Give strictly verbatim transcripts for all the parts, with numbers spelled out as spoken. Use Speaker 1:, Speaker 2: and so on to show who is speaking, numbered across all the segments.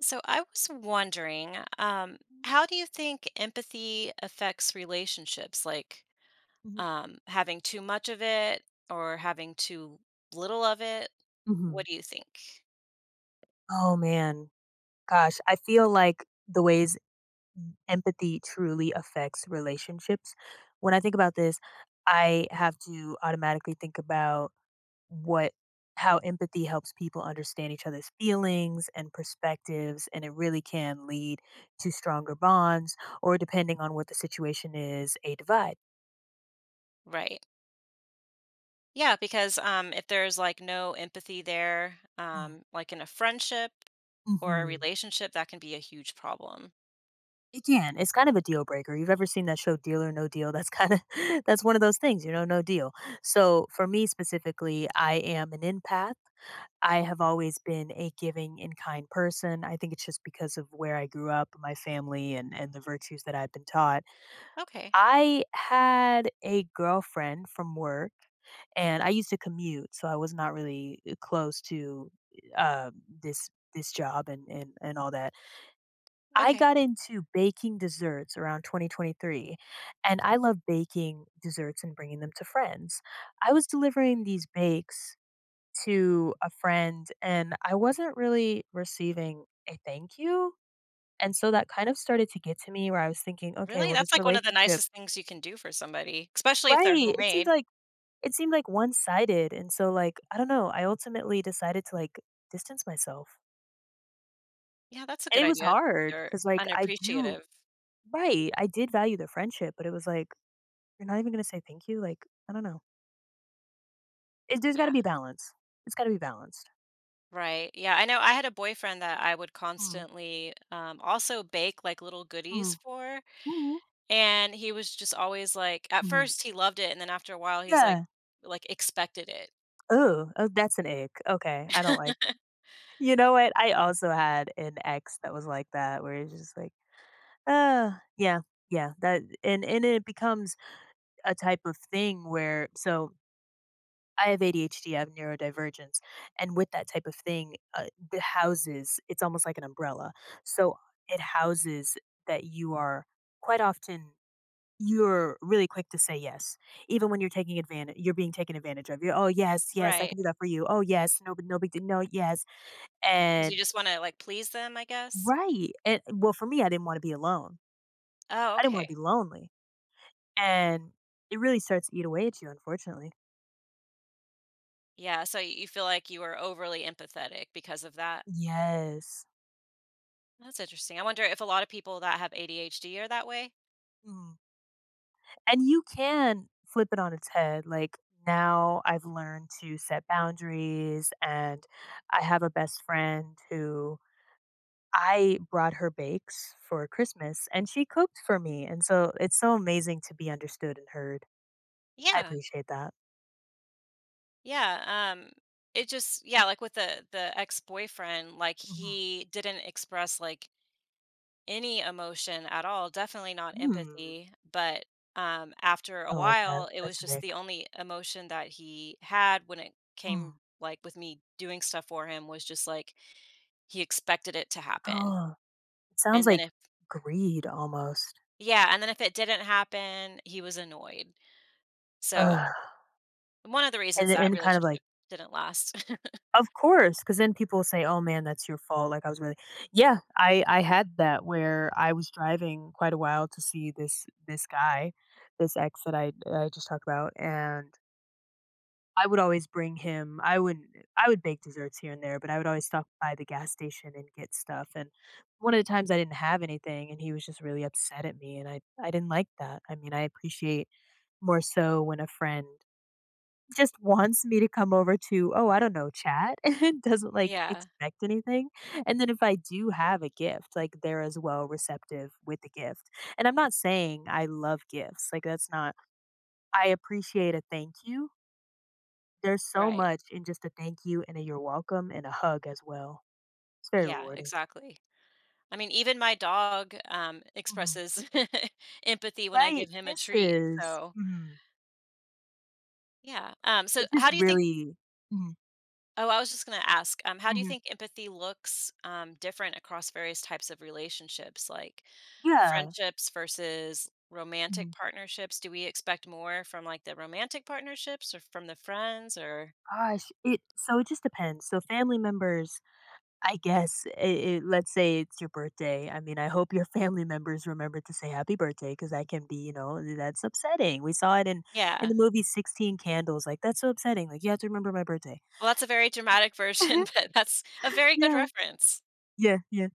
Speaker 1: So I was wondering, um, how do you think empathy affects relationships? Like
Speaker 2: Mhm.
Speaker 1: um, having too much of it or having too little of it?
Speaker 2: Mhm.
Speaker 1: What do you think?
Speaker 2: Oh man, gosh, I feel like the ways empathy truly affects relationships. When I think about this, I have to automatically think about what how empathy helps people understand each other's feelings and perspectives, and it really can lead to stronger bonds or, depending on what the situation is, a divide.
Speaker 1: Right. Yeah, because um, if there's like no empathy there,
Speaker 2: Mm.
Speaker 1: um, like in a friendship or a
Speaker 2: Mhm.
Speaker 1: relationship, that can be a huge problem.
Speaker 2: It can. It's kind of a deal breaker. You've ever seen that show Deal or No Deal? That's kind of that's one of those things, you know, no deal. So for me specifically, I am an empath. I have always been a giving and kind person. I think it's just because of where I grew up, my family and and the virtues that I've been taught.
Speaker 1: Okay.
Speaker 2: I had a girlfriend from work and I used to commute, so I was not really uh, close to, uh, this this job and and and all that. I
Speaker 1: Okay.
Speaker 2: got into baking desserts around twenty twenty-three, and I love baking desserts and bringing them to friends. I was delivering these bakes to a friend, and I wasn't really receiving a thank you. And so that kind of started to get to me where I was thinking, okay,
Speaker 1: Really?
Speaker 2: well, this
Speaker 1: That's like one of the
Speaker 2: relationship,
Speaker 1: nicest things you can do for somebody, especially if they're
Speaker 2: right? It seemed
Speaker 1: homemade.
Speaker 2: like it seemed like one sided. And so, like, I don't know, I ultimately decided to like distance myself.
Speaker 1: Yeah, that's a
Speaker 2: And
Speaker 1: good
Speaker 2: it was
Speaker 1: idea.
Speaker 2: hard
Speaker 1: They're
Speaker 2: because, like, I do,
Speaker 1: unappreciative.
Speaker 2: right, I did value the friendship, but it was like, "You're not even gonna say thank you?" Like, I don't know. It there's
Speaker 1: Yeah.
Speaker 2: gotta be balance. It's gotta be balanced.
Speaker 1: Right. Yeah, I know I had a boyfriend that I would
Speaker 2: Mm.
Speaker 1: constantly um, also bake like little goodies
Speaker 2: Mhm.
Speaker 1: for,
Speaker 2: Ooh,
Speaker 1: and he was just always like, at
Speaker 2: mhm.
Speaker 1: first he loved it, and then after a while he's like,
Speaker 2: Yeah.
Speaker 1: like expected it.
Speaker 2: Ooh, oh, that's an ick. Okay, I don't like. You know what? I also had an ex that was like that, where it's just like, "Uh, yeah, yeah, that," and and it becomes a type of thing where so I have A D H D, I have neurodivergence, and with that type of thing, uh, the houses it's almost like an umbrella. So, it houses that you are quite often. You're really quick to say yes, even when you're taking advantage. You're being taken advantage of. You're, "Oh, yes, yes, I
Speaker 1: Right.
Speaker 2: can do that for you. Oh, yes, no, but no big deal. No, yes."
Speaker 1: Because you
Speaker 2: And
Speaker 1: just want to like please them, I guess.
Speaker 2: right, and well, for me, I didn't wanna be alone.
Speaker 1: Oh,
Speaker 2: I didn't wanna be
Speaker 1: okay.
Speaker 2: lonely, and it really starts to eat away at you, unfortunately.
Speaker 1: Yeah. So y- you feel like you are overly empathetic because of that.
Speaker 2: Yes.
Speaker 1: That's interesting. I wonder if a lot of people that have A D H D are that way.
Speaker 2: Mhm. And you can flip it on its head, like, now I've learned to set boundaries, and I have a best friend who I brought her bakes for Christmas and she cooked for me, and so it's so amazing to be understood and heard. I
Speaker 1: Yeah.
Speaker 2: appreciate that.
Speaker 1: Yeah. Um, it just yeah like with the the ex-boyfriend like
Speaker 2: Mhm.
Speaker 1: he didn't express like any emotion at all, definitely not
Speaker 2: Mm,
Speaker 1: empathy, but um after a
Speaker 2: I like that.
Speaker 1: while it
Speaker 2: That's
Speaker 1: was just
Speaker 2: Nick.
Speaker 1: the only emotion that he had when it came
Speaker 2: Mm.
Speaker 1: like with me doing stuff for him was just like he expected it to happen.
Speaker 2: Oh, it sounds
Speaker 1: And then
Speaker 2: like
Speaker 1: if
Speaker 2: greed almost.
Speaker 1: yeah, and then if it didn't happen, he was annoyed. So,
Speaker 2: Ugh.
Speaker 1: one of the
Speaker 2: And
Speaker 1: reasons that
Speaker 2: and kind of like,
Speaker 1: relationship didn't last.
Speaker 2: of course, because then people will say, "Oh man, that's your fault." Like I was really. Yeah, I I had that where I was driving quite a while to see this this guy, this ex that I I just talked about, and I would always bring him. I wouldn't. I would bake desserts here and there, but I would always stop by the gas station and get stuff, and one of the times I didn't have anything, and he was just really upset at me, and I I didn't like that. I mean, I appreciate more so when a friend just wants me to come over to, oh, I don't know, chat, and doesn't, like,
Speaker 1: Yeah,
Speaker 2: expect anything, and then if I do have a gift, like, they're as well receptive with the gift, and I'm not saying I love gifts, like, that's not. I appreciate a thank you. There's so
Speaker 1: right.
Speaker 2: much in just a thank you and a you're welcome and a hug as well. It's very
Speaker 1: Yeah,
Speaker 2: rewarding.
Speaker 1: exactly. I mean, even my dog um
Speaker 2: Mhm.
Speaker 1: expresses empathy when I
Speaker 2: Right,
Speaker 1: give him a treat.
Speaker 2: kisses.
Speaker 1: So
Speaker 2: Mhm.
Speaker 1: yeah. Um, so
Speaker 2: It just
Speaker 1: how do you think
Speaker 2: really. Mhm.
Speaker 1: oh, I was just gonna ask, um, how do you
Speaker 2: Mhm.
Speaker 1: think empathy looks um different across various types of relationships, like
Speaker 2: Yeah.
Speaker 1: friendships versus romantic
Speaker 2: Mhm.
Speaker 1: partnerships? Do we expect more from like the romantic partnerships or from the friends or
Speaker 2: Gosh, it so it just depends. So family members, I guess, I I let's say it's your birthday. I mean, I hope your family members remember to say happy birthday, because that can be, you know, that's upsetting. We saw it in in
Speaker 1: yeah.
Speaker 2: the movie sixteen Candles, like, that's so upsetting. Like, you have to remember my birthday.
Speaker 1: Well, that's a very dramatic version, but that's a very good
Speaker 2: Yeah.
Speaker 1: reference.
Speaker 2: Yeah, yeah.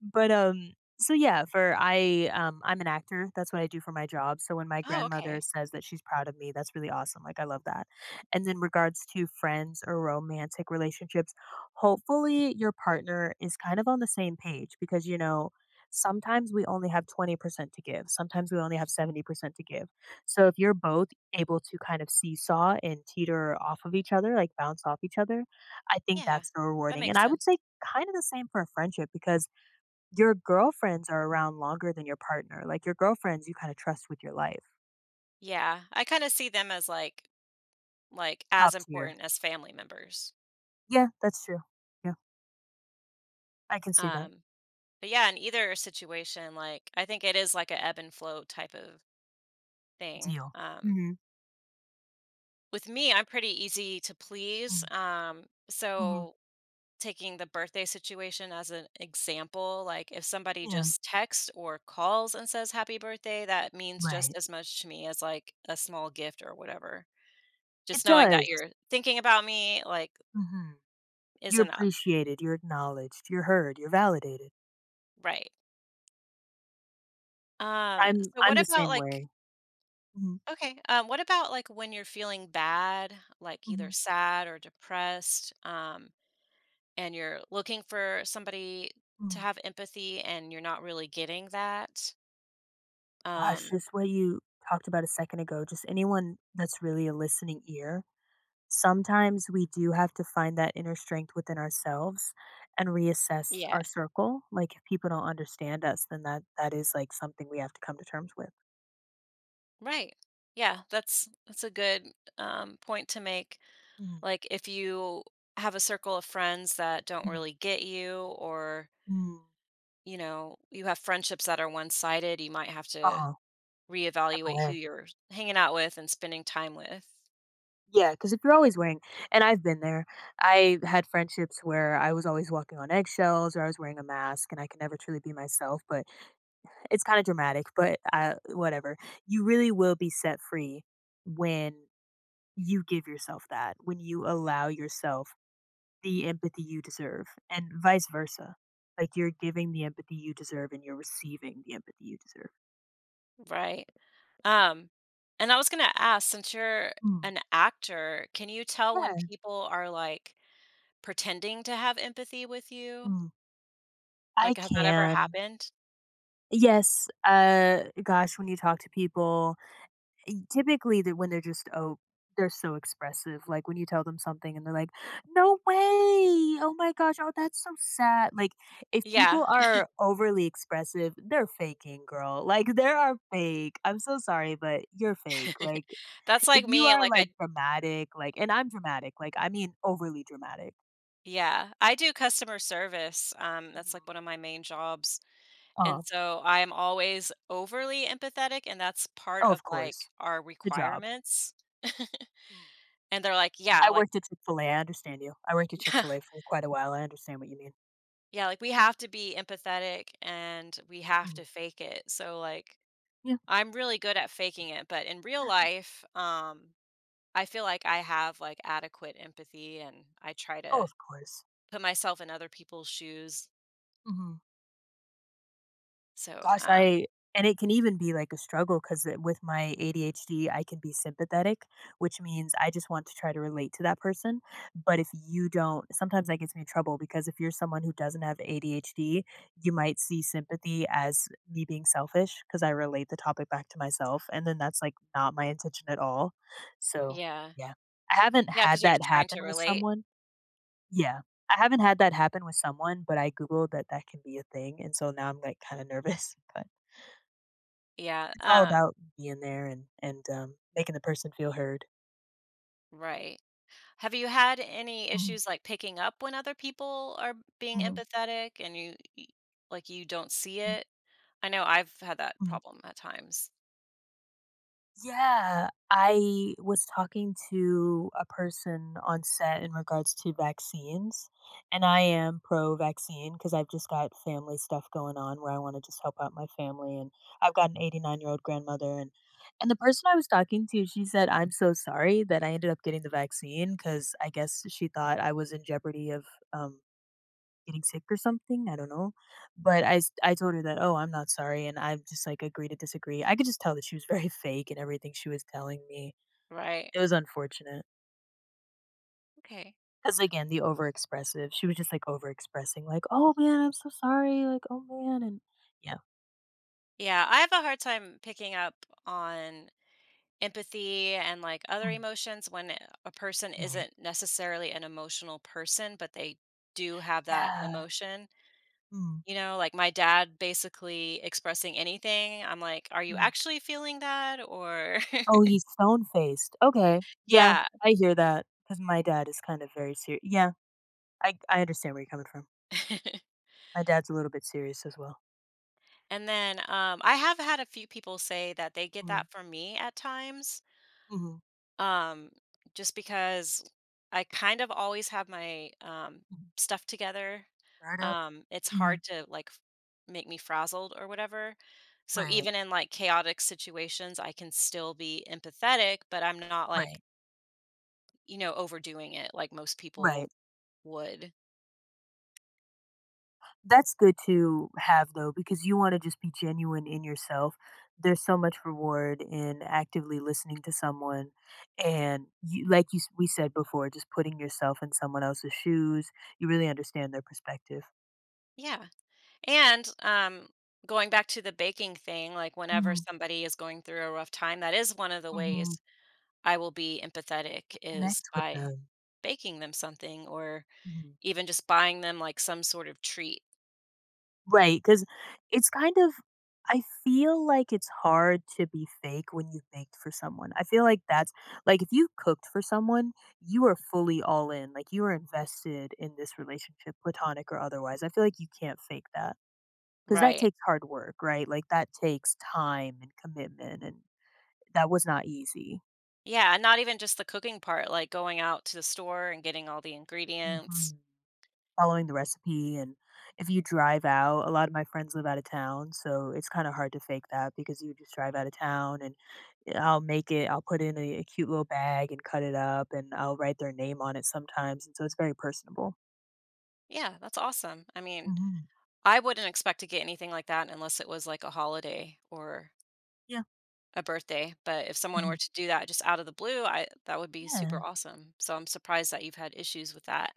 Speaker 2: But, um, so yeah, for I, um, I'm an actor. That's what I do for my job. So when my
Speaker 1: Oh,
Speaker 2: grandmother
Speaker 1: okay.
Speaker 2: says that she's proud of me, that's really awesome. Like I love that. And then regards to friends or romantic relationships, hopefully your partner is kind of on the same page because you know, sometimes we only have twenty percent to give. Sometimes we only have seventy percent to give. So if you're both able to kind of seesaw and teeter off of each other, like bounce off each other, I think
Speaker 1: Yeah.
Speaker 2: that's so
Speaker 1: That
Speaker 2: rewarding. And
Speaker 1: makes
Speaker 2: I would say
Speaker 1: sense.
Speaker 2: kind of the same for a friendship because your girlfriends are around longer than your partner, like, your girlfriends you kinda trust with your life.
Speaker 1: Yeah. I kind of see them as like like as
Speaker 2: Top tier.
Speaker 1: important as family members.
Speaker 2: Yeah, that's true. Yeah, I can see that.
Speaker 1: Um, but yeah, in either situation, like I think it is like a ebb and flow type of thing.
Speaker 2: Deal.
Speaker 1: Um,
Speaker 2: Mhm.
Speaker 1: with me, I'm pretty easy to please.
Speaker 2: Mm,
Speaker 1: Um,
Speaker 2: mhm.
Speaker 1: so taking the birthday situation as an example, like if somebody
Speaker 2: Yeah,
Speaker 1: just texts or calls and says happy birthday, that means just
Speaker 2: right.
Speaker 1: as much to me as like a small gift or whatever.
Speaker 2: It
Speaker 1: Just knowing that
Speaker 2: does.
Speaker 1: you're thinking about me, like,
Speaker 2: Mhm.
Speaker 1: is
Speaker 2: You're
Speaker 1: enough,
Speaker 2: appreciated, you're acknowledged, you're heard, you're validated.
Speaker 1: right? Um,
Speaker 2: I'm
Speaker 1: so
Speaker 2: I'm
Speaker 1: what
Speaker 2: the
Speaker 1: about
Speaker 2: same
Speaker 1: like
Speaker 2: way. Mhm,
Speaker 1: okay. Um, what about like when you're feeling bad, like either
Speaker 2: mhm,
Speaker 1: sad or depressed, um, and you're looking for somebody to
Speaker 2: mhm.
Speaker 1: have empathy and you're not really getting that?
Speaker 2: Gosh,
Speaker 1: Um,
Speaker 2: just what you talked about a second ago, just anyone that's really a listening ear. Sometimes we do have to find that inner strength within ourselves and reassess
Speaker 1: yeah,
Speaker 2: our circle. Like if people don't understand us, then that that is like something we have to come to terms with.
Speaker 1: right. Yeah, that's that's a good um, point to make.
Speaker 2: Mhm,
Speaker 1: Like if you have a circle of friends that don't
Speaker 2: mhm,
Speaker 1: really get you, or
Speaker 2: mm.
Speaker 1: you know, you have friendships that are one-sided, you might have to
Speaker 2: Uh-huh, step
Speaker 1: reevaluate who
Speaker 2: away.
Speaker 1: you're hanging out with and spending time with,
Speaker 2: Yeah, because if you're always wearing, and I've been there, I had friendships where I was always walking on eggshells or I was wearing a mask and I could never truly be myself. But it's kind of dramatic, but uh, whatever. You really will be set free when you give yourself that, when you allow yourself the empathy you deserve and vice versa. Like you're giving the empathy you deserve and you're receiving the empathy you deserve.
Speaker 1: right? Um, and I was gonna ask, since you're
Speaker 2: Hmm.
Speaker 1: an actor, can you tell when
Speaker 2: Yeah.
Speaker 1: people are like pretending to have empathy with you?
Speaker 2: Hmm. I
Speaker 1: Like, has that ever
Speaker 2: can.
Speaker 1: happened?
Speaker 2: Yes. Uh gosh, when you talk to people, y- typically that when they're just oh they're so expressive. Like when you tell them something and they're like, "No way. Oh my gosh. Oh, that's so sad." Like if
Speaker 1: Yeah.
Speaker 2: people are overly expressive, they're faking, girl. Like they are fake. I'm so sorry, but you're fake. Like,
Speaker 1: That's
Speaker 2: if
Speaker 1: like
Speaker 2: you
Speaker 1: me.
Speaker 2: are,
Speaker 1: Like I
Speaker 2: like, dramatic, like, and I'm dramatic, like, I mean overly dramatic.
Speaker 1: yeah, I do customer service. Um, that's like
Speaker 2: Mhm.
Speaker 1: one of my main jobs. And
Speaker 2: Um,
Speaker 1: so I am always overly empathetic, and that's part
Speaker 2: oh,
Speaker 1: of
Speaker 2: of
Speaker 1: like
Speaker 2: course,
Speaker 1: our
Speaker 2: the job.
Speaker 1: requirements.
Speaker 2: Mm.
Speaker 1: And they're like, yeah,
Speaker 2: I
Speaker 1: like
Speaker 2: worked at Chick-fil-A, I understand you. I worked at
Speaker 1: yeah,
Speaker 2: Chick-fil-A for quite a while, I understand what you mean.
Speaker 1: yeah, like we have to be empathetic and we have
Speaker 2: Mhm.
Speaker 1: to fake it. So like
Speaker 2: Yeah.
Speaker 1: I'm really good at faking it, but in real life, um, I feel like I have like adequate empathy and I try
Speaker 2: Oh,
Speaker 1: to
Speaker 2: of course.
Speaker 1: put myself in other people's shoes.
Speaker 2: Mhm.
Speaker 1: So,
Speaker 2: Gosh,
Speaker 1: um,
Speaker 2: I and it can even be like a struggle because with my A D H D, I can be sympathetic, which means I just want to try to relate to that person. But if you don't, sometimes that gets me in trouble, because if you're someone who doesn't have A D H D, you might see sympathy as me being selfish, because I relate the topic back to myself, and then that's, like, not my intention at all. So,
Speaker 1: yeah.
Speaker 2: yeah. I haven't
Speaker 1: Yeah, because
Speaker 2: had
Speaker 1: they're
Speaker 2: that
Speaker 1: just trying to
Speaker 2: happen with
Speaker 1: relate.
Speaker 2: someone. Yeah. I haven't had that happen with someone, but I Googled that that can be a thing, and so now I'm, like, kinda nervous, but
Speaker 1: Yeah.
Speaker 2: it's all
Speaker 1: Um,
Speaker 2: about being there and and, um, making the person feel heard.
Speaker 1: right. Have you had any
Speaker 2: Mhm,
Speaker 1: issues like picking up when other people are being
Speaker 2: mhm,
Speaker 1: empathetic and you y- like you don't see
Speaker 2: mm,
Speaker 1: it? I know I've had that
Speaker 2: mm.
Speaker 1: problem at times.
Speaker 2: Yeah, I was talking to a person on set in regards to vaccines, and I am pro vaccine because 'cause I've just got family stuff going on where I wanna just help out my family, and I've got an eighty-nine-year-old grandmother, and and the person I was talking to, she said, "I'm so sorry that I ended up getting the vaccine, because I guess she thought I was in jeopardy of, um getting sick or something, I don't know. But I s I told her that, "Oh, I'm not sorry," and I'm just, like, agree to disagree. I could just tell that she was very fake and everything she was telling me.
Speaker 1: Right.
Speaker 2: It was unfortunate
Speaker 1: Okay.
Speaker 2: because, again, the over expressive. She was just, like, over expressing like, "Oh, man, I'm so sorry," like, "Oh, man," and yeah.
Speaker 1: Yeah, I have a hard time picking up on empathy and like other
Speaker 2: Mm,
Speaker 1: emotions when a person
Speaker 2: right.
Speaker 1: isn't necessarily an emotional person, but they do have that
Speaker 2: Yeah.
Speaker 1: emotion.
Speaker 2: Mm,
Speaker 1: You know, like my dad basically expressing anything, I'm like, are you
Speaker 2: mhm.
Speaker 1: actually feeling that? Or,
Speaker 2: Oh, he's stone-faced. Okay. Yeah,
Speaker 1: yeah.
Speaker 2: I hear that because my dad is kind of very serious, yeah, I I understand where you're coming from. My dad's a little bit serious as well.
Speaker 1: And then um, I have had a few people say that they get
Speaker 2: Mm,
Speaker 1: that from me at times
Speaker 2: mhm,
Speaker 1: um just because I kind of always have my um
Speaker 2: mhm.
Speaker 1: stuff together
Speaker 2: Up.
Speaker 1: um it's
Speaker 2: Mhm.
Speaker 1: hard to like f- make me frazzled or whatever so
Speaker 2: Right,
Speaker 1: even in like chaotic situations I can still be empathetic but I'm not like
Speaker 2: right,
Speaker 1: you know overdoing it like most people
Speaker 2: right.
Speaker 1: would.
Speaker 2: That's good to have though, because you want to just be genuine in yourself. There's so much reward in actively listening to someone, and, you, like you s- we said before, just putting yourself in someone else's shoes. You really understand their perspective.
Speaker 1: Yeah, and um going back to the baking thing like whenever
Speaker 2: Hmm.
Speaker 1: somebody is going through a rough time that is one of the
Speaker 2: Hmm.
Speaker 1: ways I will be empathetic is
Speaker 2: Connect with
Speaker 1: by
Speaker 2: them.
Speaker 1: baking them something or
Speaker 2: Mhm.
Speaker 1: even just buying them, like, some sort of treat,
Speaker 2: Right, because it's kind of I feel like it's hard to be fake when you baked for someone. I feel like that's like, if you cooked for someone, you are fully all in, like, you are invested in this relationship, platonic or otherwise. I feel like you can't fake that because that
Speaker 1: right?
Speaker 2: takes hard work, right? Like, that takes time and commitment, and that was not easy.
Speaker 1: Yeah, and not even just the cooking part, like, going out to the store and getting all the ingredients.
Speaker 2: Mhm. Following the recipe, and if you drive out a lot of my friends live out of town, so it's kinda hard to fake that because you just drive out of town and I'll make it I'll put in a, a cute little bag and cut it up, and I'll write their name on it sometimes, and so it's very personable.
Speaker 1: Yeah, that's awesome. I mean,
Speaker 2: Hmm.
Speaker 1: I wouldn't expect to get anything like that unless it was, like, a holiday or
Speaker 2: Yeah.
Speaker 1: a birthday, but if someone were
Speaker 2: Hmm.
Speaker 1: to do that just out of the blue, I that would be
Speaker 2: Yeah,
Speaker 1: super awesome. So I'm surprised that you've had issues with that.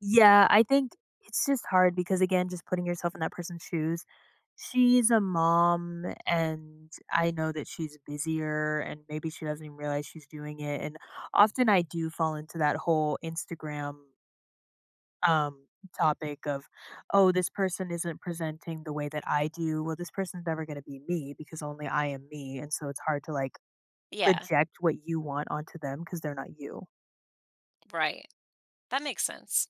Speaker 2: yeah. I think it's just hard because, again, just putting yourself in that person's shoes. She's a mom, and I know that she's busier, and maybe she doesn't even realize she's doing it. And often I do fall into that whole Instagram um, topic of, oh, this person isn't presenting the way that I do. Well, this person's never going to be me because only I am me. And so it's hard to like
Speaker 1: Yeah,
Speaker 2: project what you want onto them because they're not you.
Speaker 1: right. That makes sense.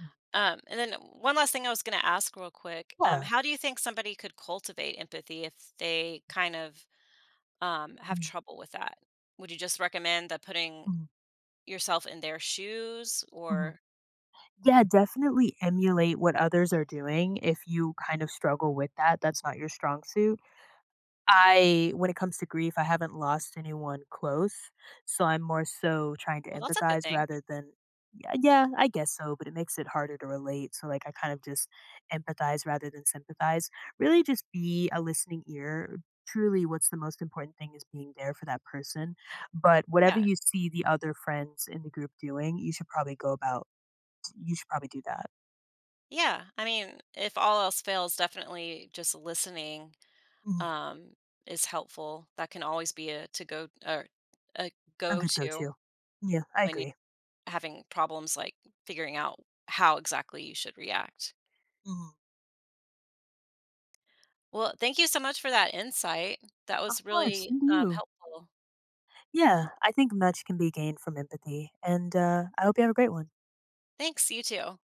Speaker 2: Mm.
Speaker 1: Um, and then one last thing I was going to ask real quick. Um,
Speaker 2: Yeah.
Speaker 1: how do you think somebody could cultivate empathy if they kind of um, have
Speaker 2: Mm,
Speaker 1: trouble with that? Would you just recommend that putting
Speaker 2: mhm,
Speaker 1: yourself in their shoes
Speaker 2: mhm.
Speaker 1: or,
Speaker 2: Yeah, definitely emulate what others are doing if you kind of struggle with that. That's not your strong suit. I When it comes to grief, I haven't lost anyone close, so I'm more so trying to
Speaker 1: well, that's a good
Speaker 2: empathize
Speaker 1: thing.
Speaker 2: rather than, yeah, yeah, I guess so, but it makes it harder to relate. So like I kind of just empathize rather than sympathize. Really just be a listening ear. Truly what's the most important thing is being there for that person. But whatever
Speaker 1: Yeah.
Speaker 2: you see the other friends in the group doing, you should probably go about you should probably do that.
Speaker 1: Yeah. I mean, if all else fails, definitely just listening
Speaker 2: Mhm.
Speaker 1: um, is helpful. That can always be a to go or a
Speaker 2: A
Speaker 1: go
Speaker 2: good
Speaker 1: to
Speaker 2: go-to. Yeah, I
Speaker 1: when you're
Speaker 2: agree.
Speaker 1: having problems like figuring out how exactly you should react.
Speaker 2: Mhm.
Speaker 1: Well, thank you so much for that insight. That
Speaker 2: Of
Speaker 1: was
Speaker 2: course,
Speaker 1: really,
Speaker 2: and
Speaker 1: um,
Speaker 2: you.
Speaker 1: helpful.
Speaker 2: Yeah, I think much can be gained from empathy, and uh, I hope you have a great one.
Speaker 1: Thanks, you too.